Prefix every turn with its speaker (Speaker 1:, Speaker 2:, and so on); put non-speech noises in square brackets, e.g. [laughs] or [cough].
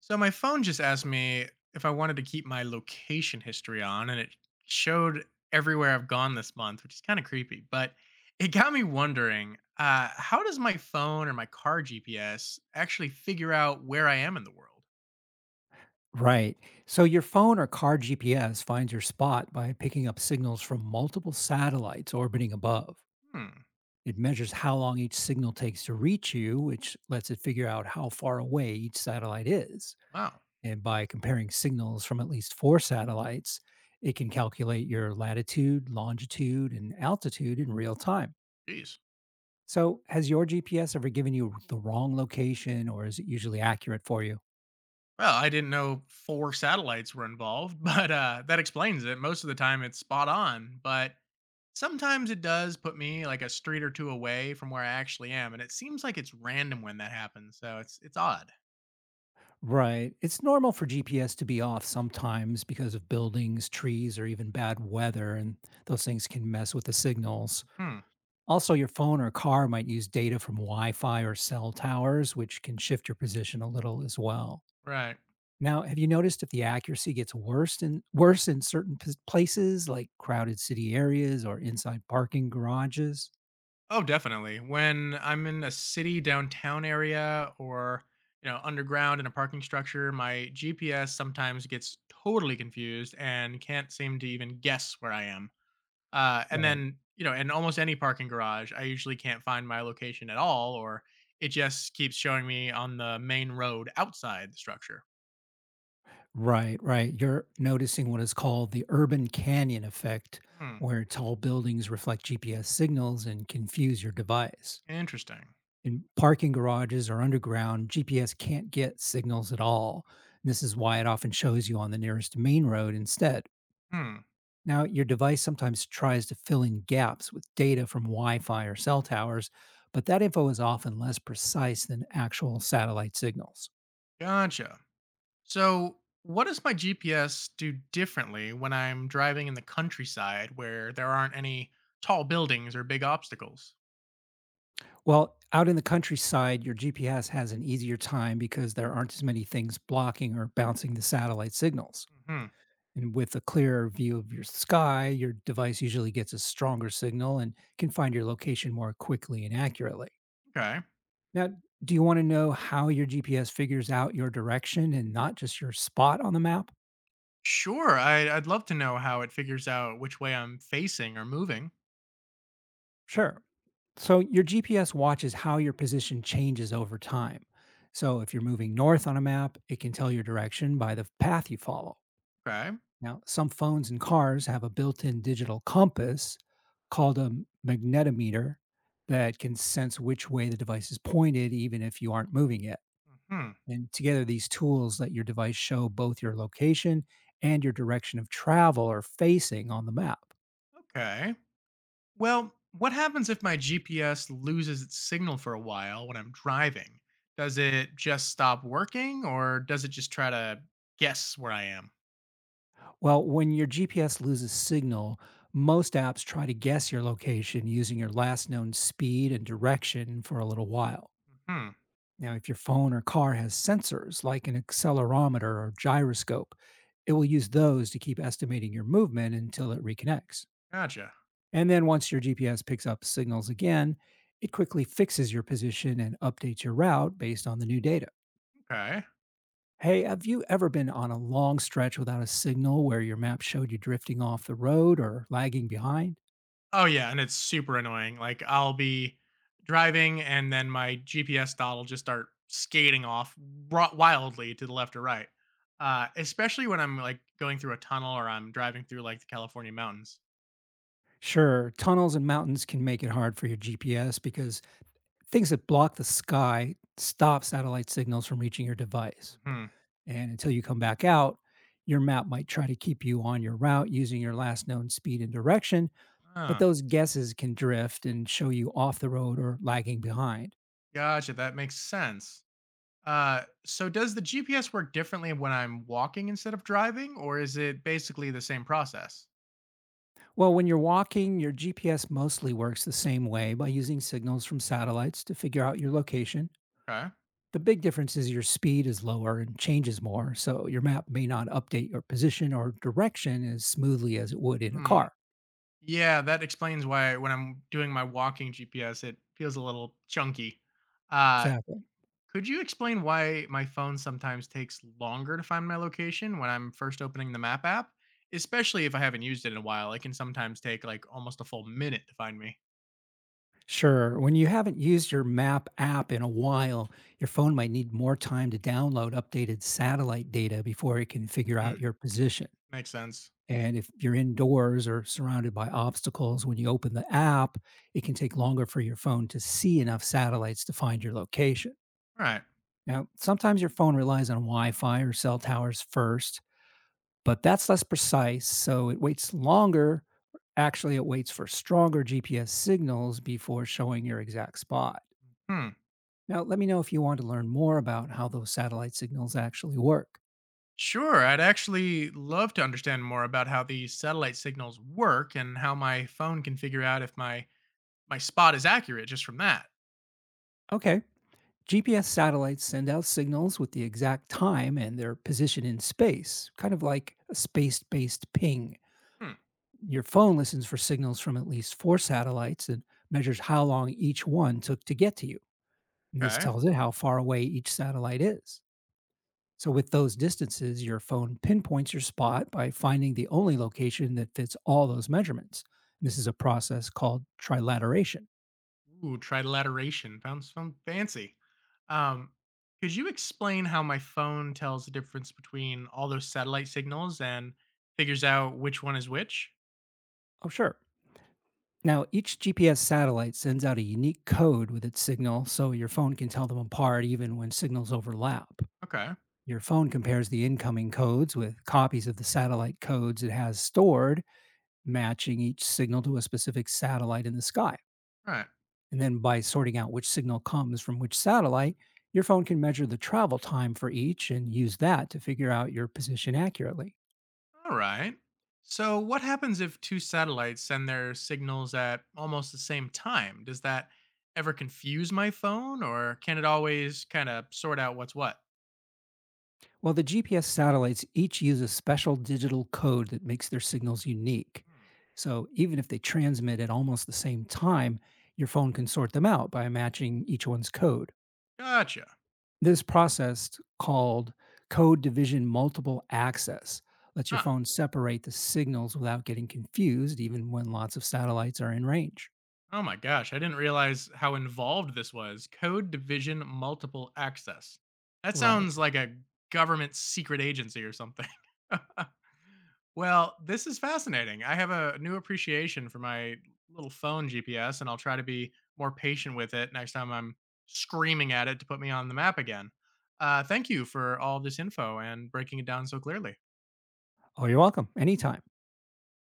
Speaker 1: So my phone just asked me if I wanted to keep my location history on, and it showed everywhere I've gone this month, which is kind of creepy. But it got me wondering, how does my phone or my car GPS actually figure out where I am in the world?
Speaker 2: Right. So your phone or car GPS finds your spot by picking up signals from multiple satellites orbiting above.
Speaker 1: Hmm.
Speaker 2: It measures how long each signal takes to reach you, which lets it figure out how far away each satellite is.
Speaker 1: Wow.
Speaker 2: And by comparing signals from at least four satellites, it can calculate your latitude, longitude, and altitude in real time.
Speaker 1: Jeez.
Speaker 2: So, has your GPS ever given you the wrong location, or is it usually accurate for you?
Speaker 1: Well, I didn't know four satellites were involved, [laughs] but, that explains it. Most of the time, it's spot on, but sometimes it does put me, like, a street or two away from where I actually am, and it seems like it's random when that happens, so it's odd.
Speaker 2: Right. It's normal for GPS to be off sometimes because of buildings, trees, or even bad weather, and those things can mess with the signals.
Speaker 1: Hmm,
Speaker 2: Also, your phone or car might use data from Wi Fi or cell towers, which can shift your position a little as well.
Speaker 1: right.
Speaker 2: Now, have you noticed if the accuracy gets worse in certain places like crowded city areas or inside parking garages?
Speaker 1: Oh, definitely. When I'm in a city downtown area or, underground in a parking structure, my GPS sometimes gets totally confused and can't seem to even guess where I am. And
Speaker 2: Right.
Speaker 1: then, in almost any parking garage, I usually can't find my location at all, or it just keeps showing me on the main road outside the structure.
Speaker 2: Right, right. You're noticing what is called the urban canyon effect,
Speaker 1: Hmm.
Speaker 2: where tall buildings reflect GPS signals and confuse your device.
Speaker 1: Interesting.
Speaker 2: In parking garages or underground, GPS can't get signals at all. This is why it often shows you on the nearest main road instead.
Speaker 1: Hmm.
Speaker 2: Now, your device sometimes tries to fill in gaps with data from Wi Fi or cell towers, but that info is often less precise than actual satellite signals.
Speaker 1: Gotcha. So, what does my GPS do differently when I'm driving in the countryside where there aren't any tall buildings or big obstacles?
Speaker 2: Well, out in the countryside, your GPS has an easier time because there aren't as many things blocking or bouncing the satellite signals.
Speaker 1: Hmm.
Speaker 2: And with a clearer view of your sky, your device usually gets a stronger signal and can find your location more quickly and accurately.
Speaker 1: Okay.
Speaker 2: Now, do you want to know how your GPS figures out your direction and not just your spot on the map?
Speaker 1: Sure. I'd love to know how it figures out which way I'm facing or moving.
Speaker 2: Sure. So, your GPS watches how your position changes over time. So, if you're moving north on a map, it can tell your direction by the path you follow.
Speaker 1: Okay.
Speaker 2: Now, some phones and cars have a built in digital compass called a magnetometer that can sense which way the device is pointed, even if you aren't moving it.
Speaker 1: Hmm.
Speaker 2: And together, these tools let your device show both your location and your direction of travel or facing on the map.
Speaker 1: Okay. Well, what happens if my GPS loses its signal for a while when I'm driving? Does it just stop working or does it just try to guess where I am?
Speaker 2: Well, when your GPS loses signal, most apps try to guess your location using your last known speed and direction for a little while.
Speaker 1: Hmm.
Speaker 2: Now, if your phone or car has sensors like an accelerometer or gyroscope, it will use those to keep estimating your movement until it reconnects.
Speaker 1: Gotcha.
Speaker 2: And then once your GPS picks up signals again, it quickly fixes your position and updates your route based on the new data.
Speaker 1: Okay.
Speaker 2: Hey, have you ever been on a long stretch without a signal where your map showed you drifting off the road or lagging behind?
Speaker 1: Oh, yeah. And it's super annoying. Like, I'll be driving and then my GPS dot will just start skating off wildly to the left or right. Especially when I'm like going through a tunnel or I'm driving through like the California mountains.
Speaker 2: Sure, tunnels and mountains can make it hard for your GPS because things that block the sky stop satellite signals from reaching your device.
Speaker 1: Hmm.
Speaker 2: And until you come back out, your map might try to keep you on your route using your last known speed and direction, but
Speaker 1: Ah,
Speaker 2: those guesses can drift and show you off the road or lagging behind.
Speaker 1: gotcha. That makes sense. So does the GPS work differently when I'm walking instead of driving, or is it basically the same process?
Speaker 2: Well, when you're walking, your GPS mostly works the same way by using signals from satellites to figure out your location.
Speaker 1: Okay.
Speaker 2: The big difference is your speed is lower and changes more, so your map may not update your position or direction as smoothly as it would in a
Speaker 1: Hmm.
Speaker 2: car.
Speaker 1: Yeah, that explains why when I'm doing my walking GPS, it feels a little chunky. Uh,
Speaker 2: Exactly.
Speaker 1: could you explain why my phone sometimes takes longer to find my location when I'm first opening the map app? Especially if I haven't used it in a while, it can sometimes take like almost a full minute to find me.
Speaker 2: Sure. When you haven't used your map app in a while, your phone might need more time to download updated satellite data before it can figure
Speaker 1: Hmm.
Speaker 2: out your position.
Speaker 1: Makes sense.
Speaker 2: And if you're indoors or surrounded by obstacles when you open the app, it can take longer for your phone to see enough satellites to find your location.
Speaker 1: All right.
Speaker 2: Now, sometimes your phone relies on Wi Fi or cell towers first, but that's less precise. So it waits longer. Actually, it waits for stronger GPS signals before showing your exact spot.
Speaker 1: Hmm.
Speaker 2: Now, let me know if you want to learn more about how those satellite signals actually work.
Speaker 1: Sure, I'd actually love to understand more about how these satellite signals work and how my phone can figure out if my spot is accurate just from that.
Speaker 2: Okay, GPS satellites send out signals with the exact time and their position in space, kind of like a space based ping.
Speaker 1: Hmm.
Speaker 2: Your phone listens for signals from at least four satellites and measures how long each one took to get to you. And this
Speaker 1: Okay.
Speaker 2: tells it how far away each satellite is. So, with those distances, your phone pinpoints your spot by finding the only location that fits all those measurements. This is a process called trilateration.
Speaker 1: Ooh, trilateration. Sounds fancy. Um, could you explain how my phone tells the difference between all those satellite signals and figures out which one is which?
Speaker 2: Oh, sure. Now, each GPS satellite sends out a unique code with its signal so your phone can tell them apart even when signals overlap.
Speaker 1: Okay. Right.
Speaker 2: Your phone compares the incoming codes with copies of the satellite codes it has stored, matching each signal to a specific satellite in the sky. And then by sorting out which signal comes from which satellite, your phone can measure the travel time for each and use that to figure out your position accurately.
Speaker 1: All right. So, what happens if two satellites send their signals at almost the same time? Does that ever confuse my phone, or can it always kind of sort out what's what?
Speaker 2: Well, the GPS satellites each use a special digital code that makes their signals unique.
Speaker 1: Hmm,
Speaker 2: So even if they transmit at almost the same time, your phone can sort them out by matching each one's code.
Speaker 1: gotcha.
Speaker 2: This process, called code division multiple access, lets your
Speaker 1: Huh.
Speaker 2: phone separate the signals without getting confused, even when lots of satellites are in range.
Speaker 1: Oh my gosh, I didn't realize how involved this was. Code division multiple access. That
Speaker 2: Right.
Speaker 1: sounds like a government secret agency or something. [laughs] Well, this is fascinating. I have a new appreciation for my little phone GPS, and I'll try to be more patient with it next time I'm screaming at it to put me on the map again. Thank you for all this info and breaking it down so clearly.
Speaker 2: Oh, you're welcome. Anytime.